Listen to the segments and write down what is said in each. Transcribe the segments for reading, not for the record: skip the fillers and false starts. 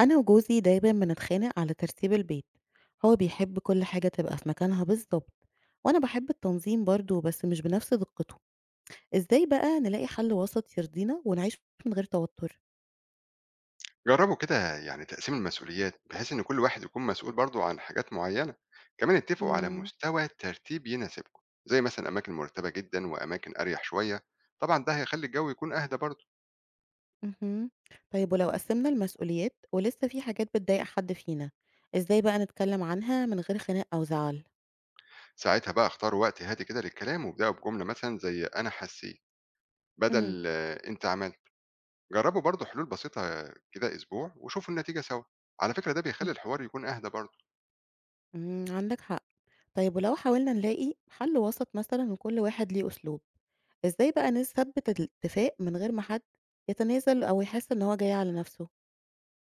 أنا وجوزي دايما بنتخانق على ترتيب البيت. هو بيحب كل حاجة تبقى في مكانها بالظبط، وأنا بحب التنظيم برضه بس مش بنفس دقته. إزاي بقى نلاقي حل وسط يرضينا ونعيش من غير توتر؟ جربوا كده يعني تقسيم المسؤوليات بحيث ان كل واحد يكون مسؤول برضه عن حاجات معينه. كمان اتفقوا على مم. مستوى ترتيب يناسبكم زي مثلا اماكن مرتبه جدا واماكن اريح شويه. طبعا ده هيخلي الجو يكون اهدى برضه. مهم. طيب ولو قسمنا المسؤوليات ولسه في حاجات بتضايق حد فينا، إزاي بقى نتكلم عنها من غير خناق أو زعل؟ ساعتها بقى اختاروا وقت هادي كده للكلام وابداوا بجمله مثلا زي انا حسيت مم. بدل انت عملت. جربوا برضه حلول بسيطه كده اسبوع وشوفوا النتيجه سوا. على فكره ده بيخلي الحوار يكون اهدى برضه. مم، عندك حق. طيب ولو حاولنا نلاقي حل وسط مثلا وكل واحد ليه أسلوب، إزاي بقى نثبت الاتفاق من غير ما حد يتنازل أو يحس إن هو جاي على نفسه؟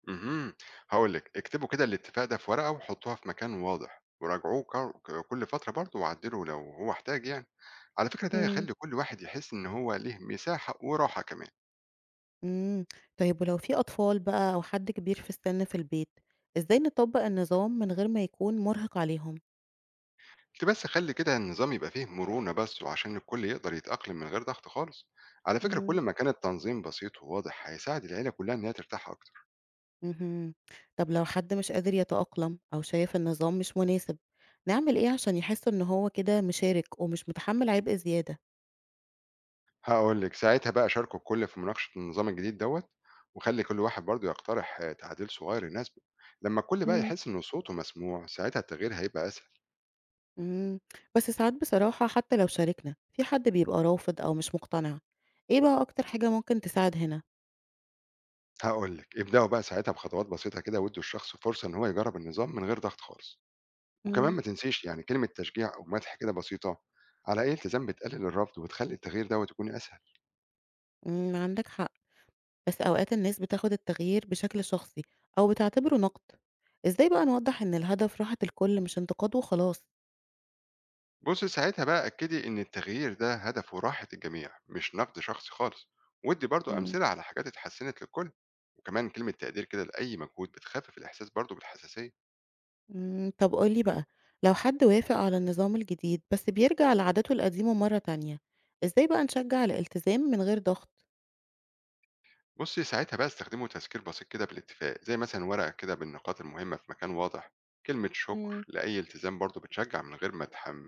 اهم. هاقول لِك، اكتبوا كده الاتفاق ده في ورقة وحطّوها في مكان واضح، وراجعوه كر ك كل فترة برضه وعدّلوا لو هو احتاج يعني. على فكرة ده مم. هيخلّي كل واحد يحس إن هو ليه مساحة وراحة كمان. امم. طيب ولو في أطفال بقى أو حد كبير في السن في البيت، إزاي نطبق النظام من غير ما يكون مرهق عليهم؟ أنتِ بس خلّي كده النظام يبقى فيه مرونة بس وعشان الكل يقدر يتأقلم من غير ضغط خالص. على فكرة كل مم. ما كان التنظيم بسيط وواضح هيساعد العيلة كلّها إن هي ترتاح أكتر. مهم. طب لو حد مش قادر يتأقلم أو شايف النظام مش مناسب، نعمل إيه عشان يحس إن هو كده مشارك ومش متحمل عبء زيادة؟ هاقول لِك، ساعتها بقى شاركوا الكل في مناقشة النظام الجديد دوّة، وخلّي كل واحد برضه يقترح تعديل صغير يناسبه، لمّا الكل بقى يحس إن صوته مسموع، ساعتها التغيير هيبقى أسهل. إمم، بس ساعات بصراحة حتى لو شاركنا، في حد بيبقى رافض أو مش مقتنع، إيه بقى أكتر حاجة ممكن تساعد هنا؟ هاقول لِك، ابدأوا بقى ساعتها بخطوات بسيطة كده وادّوا الشخص فرصة إن هو يجرّب النظام من غير ضغط خالص، وكمان إمم. ما تنسيش يعني كلمة تشجيع أو مدح كده بسيطة على أي التزام بتقلل الرفض وتخلّي التغيير دوّة يكون أسهل. إمم، عندك حق، بس أوقات الناس بتاخد التغيير بشكل شخصي أو بتعتبره نقد، إزاي بقى نوضح إن الهدف راحة الكل مش انتقاد وخلاص؟ بُصّي ساعتها بقى أكّدي إن التغيير ده هدفه راحة الجميع، مش نقد شخصي خالص، وادّي برضه إمم. أمثلة على حاجات اتحسنت للكل. وكمان كلمة تقدير كده لأي مجهود بتخفف الإحساس برضه بالحساسية. إمم، طب قُل لي بقى، لو حد وافق على النظام الجديد بس بيرجع لعاداته القديمة مرة تانية، إزاي بقى نشجع الالتزام من غير ضغط؟ بصي ساعتها بقى استخدموا تذكير بسيط كده بالاتفاق زي مثلا ورقة كده بالنقاط المهمة في مكان واضح. كلمة شكر إمم. لأي التزام برضه بتشجع من غير ما تحم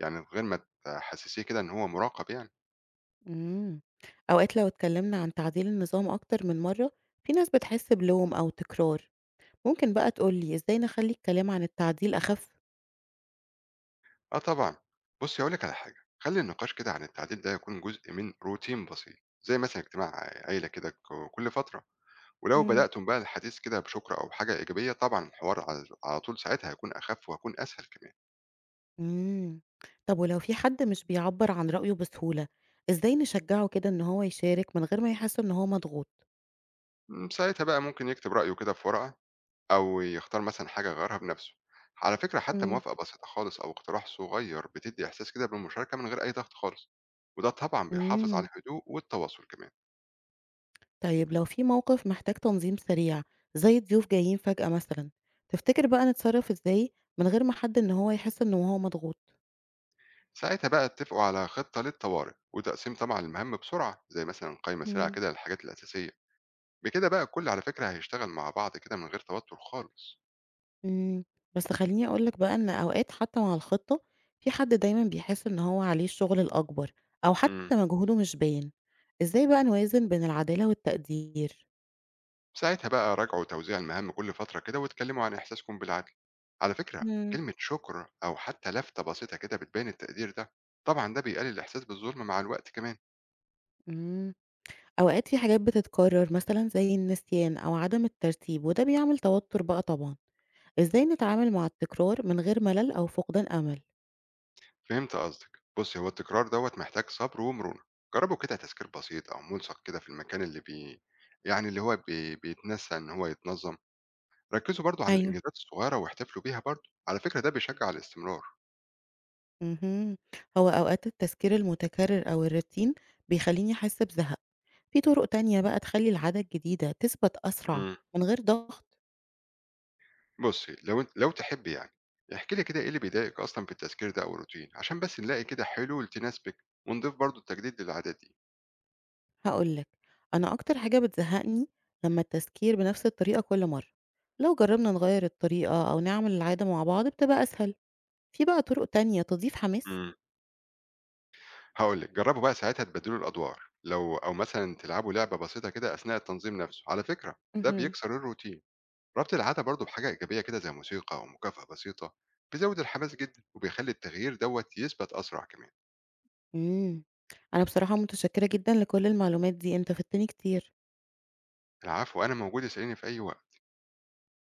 يعني من غير ما تحسسيه كده إن هو مراقب يعني. إمم. أوقات لو اتكلّمنا عن تعديل النظام أكتر من مرّة، في ناس بتحس بلوم أو تكرار. ممكن بقى تقول لي إزاي نخلّي الكلام عن التعديل أخَف؟ آه طبعا. بصي هقولك على حاجة خلي النقاش كده عن التعديل ده يكون جزء من روتين بسيط زي مثلا اجتماع عيلة كده كل فترة. ولو إمم. بدأتم بقى الحديث كده بشكر أو حاجة إيجابية طبعا الحوار على طول ساعتها هيكون أخف وهيكون أسهل كمان. إمم. طب ولو في حد مش بيعبّر عن رأيه بسهولة، إزاي نشجّعه كده إن هو يشارك من غير ما يحس إن هو مضغوط؟ ساعتها بقى ممكن يكتب رأيه كده في ورقة، أو يختار مثلًا حاجة يغيّرها بنفسه. على فكرة حتى إمم. موافقة بسيطة خالص أو اقتراح صغير بتدّي إحساس كده بالمشاركة من غير أي ضغط خالص، وده طبعًا بيحافظ على إمم. الهدوء والتواصل كمان. طيب لو في موقف محتاج تنظيم سريع زي ضيوف جايين فجأة مثلًا، تفتكر بقى نتصرّف إزاي من غير ما حد إن هو يحس إن هو مضغوط؟ ساعتها بقى اتفقوا على خطة للطوارئ، وتقسيم طبعًا المهام بسرعة، زي مثلًا قايمة سريعة إمم. كده للحاجات الأساسية. بكده بقى الكل على فكرة هيشتغل مع بعض كده من غير توتر خالص. إمم، بس خلّيني أقول لك بقى إن أوقات حتى مع الخطة، في حد دايمًا بيحس إن هو عليه الشغل الأكبر، أو إمم. حتى مجهوده مش باين، إزاي بقى نوازن بين العدالة والتقدير؟ ساعتها بقى راجعوا توزيع المهام كل فترة كده واتكلموا عن إحساسكم بالعدل. على فكرة إمم. كلمة شكر أو حتى لفتة بسيطة كده بتبين التقدير ده. طبعا ده بيقلل الإحساس بالظلم مع الوقت كمان. إمم، أوقات في حاجات بتتكرر مثلًا زي النسيان أو عدم الترتيب، وده بيعمل توتر بقى طبعًا، إزاي نتعامل مع التكرار من غير ملل أو فقدان أمل؟ فهمت قصدك. بص هو التكرار دوت محتاج صبر ومرونة. جربوا كده تذكير بسيط أو ملصق كده في المكان اللي بي يعني اللي هو بيتنسى إن هو يتنظم. ركزوا برضو على أيوه. الإنجازات الصغيرة واحتفلوا بيها برضو. على فكرة ده بيشجع على الاستمرار. اهم. هو أوقات التذكير المتكرر أو الروتين بيخلّيني أحس بزهق. في طرق تانية بقى تخلّي العادة الجديدة تثبت أسرع من غير ضغط؟ بُصّي، لو أنتِ لو تحبّي يعني، احكي لي كده إيه اللي بيضايقِك أصلًا في التذكير ده أو الروتين، عشان بس نلاقي كده حلول تناسبِك ونضيف برضه التجديد للعادات دي. هاقول لك، أنا أكتر حاجة بتزهقني لمّا التذكير بنفس الطريقة كل مرة، لو جرّبنا نغيّر الطريقة أو نعمل العادة مع بعض بتبقى أسهل، في بقى طرق تانية تضيف حماس؟ إمم، هاقول لِك، جرّبوا بقى ساعتها تبدّلوا الأدوار، أو مثلًا تلعبوا لعبة بسيطة كده أثناء التنظيم نَفْسه، على فكرة ده اهم. بيكسر الروتين. ربط العادة برضه بحاجة إيجابية كده زي موسيقى أو مكافأة بسيطة، بيزوّد الحماس جدًا وبيخلّي التغيير دوّة يثبت أسرع كمان. إمم، أنا بصراحة متشكرة جدًا لكل المعلومات دي، أنت فدتني كتير. العفو، أنا موجود اسأليني في أي وقت.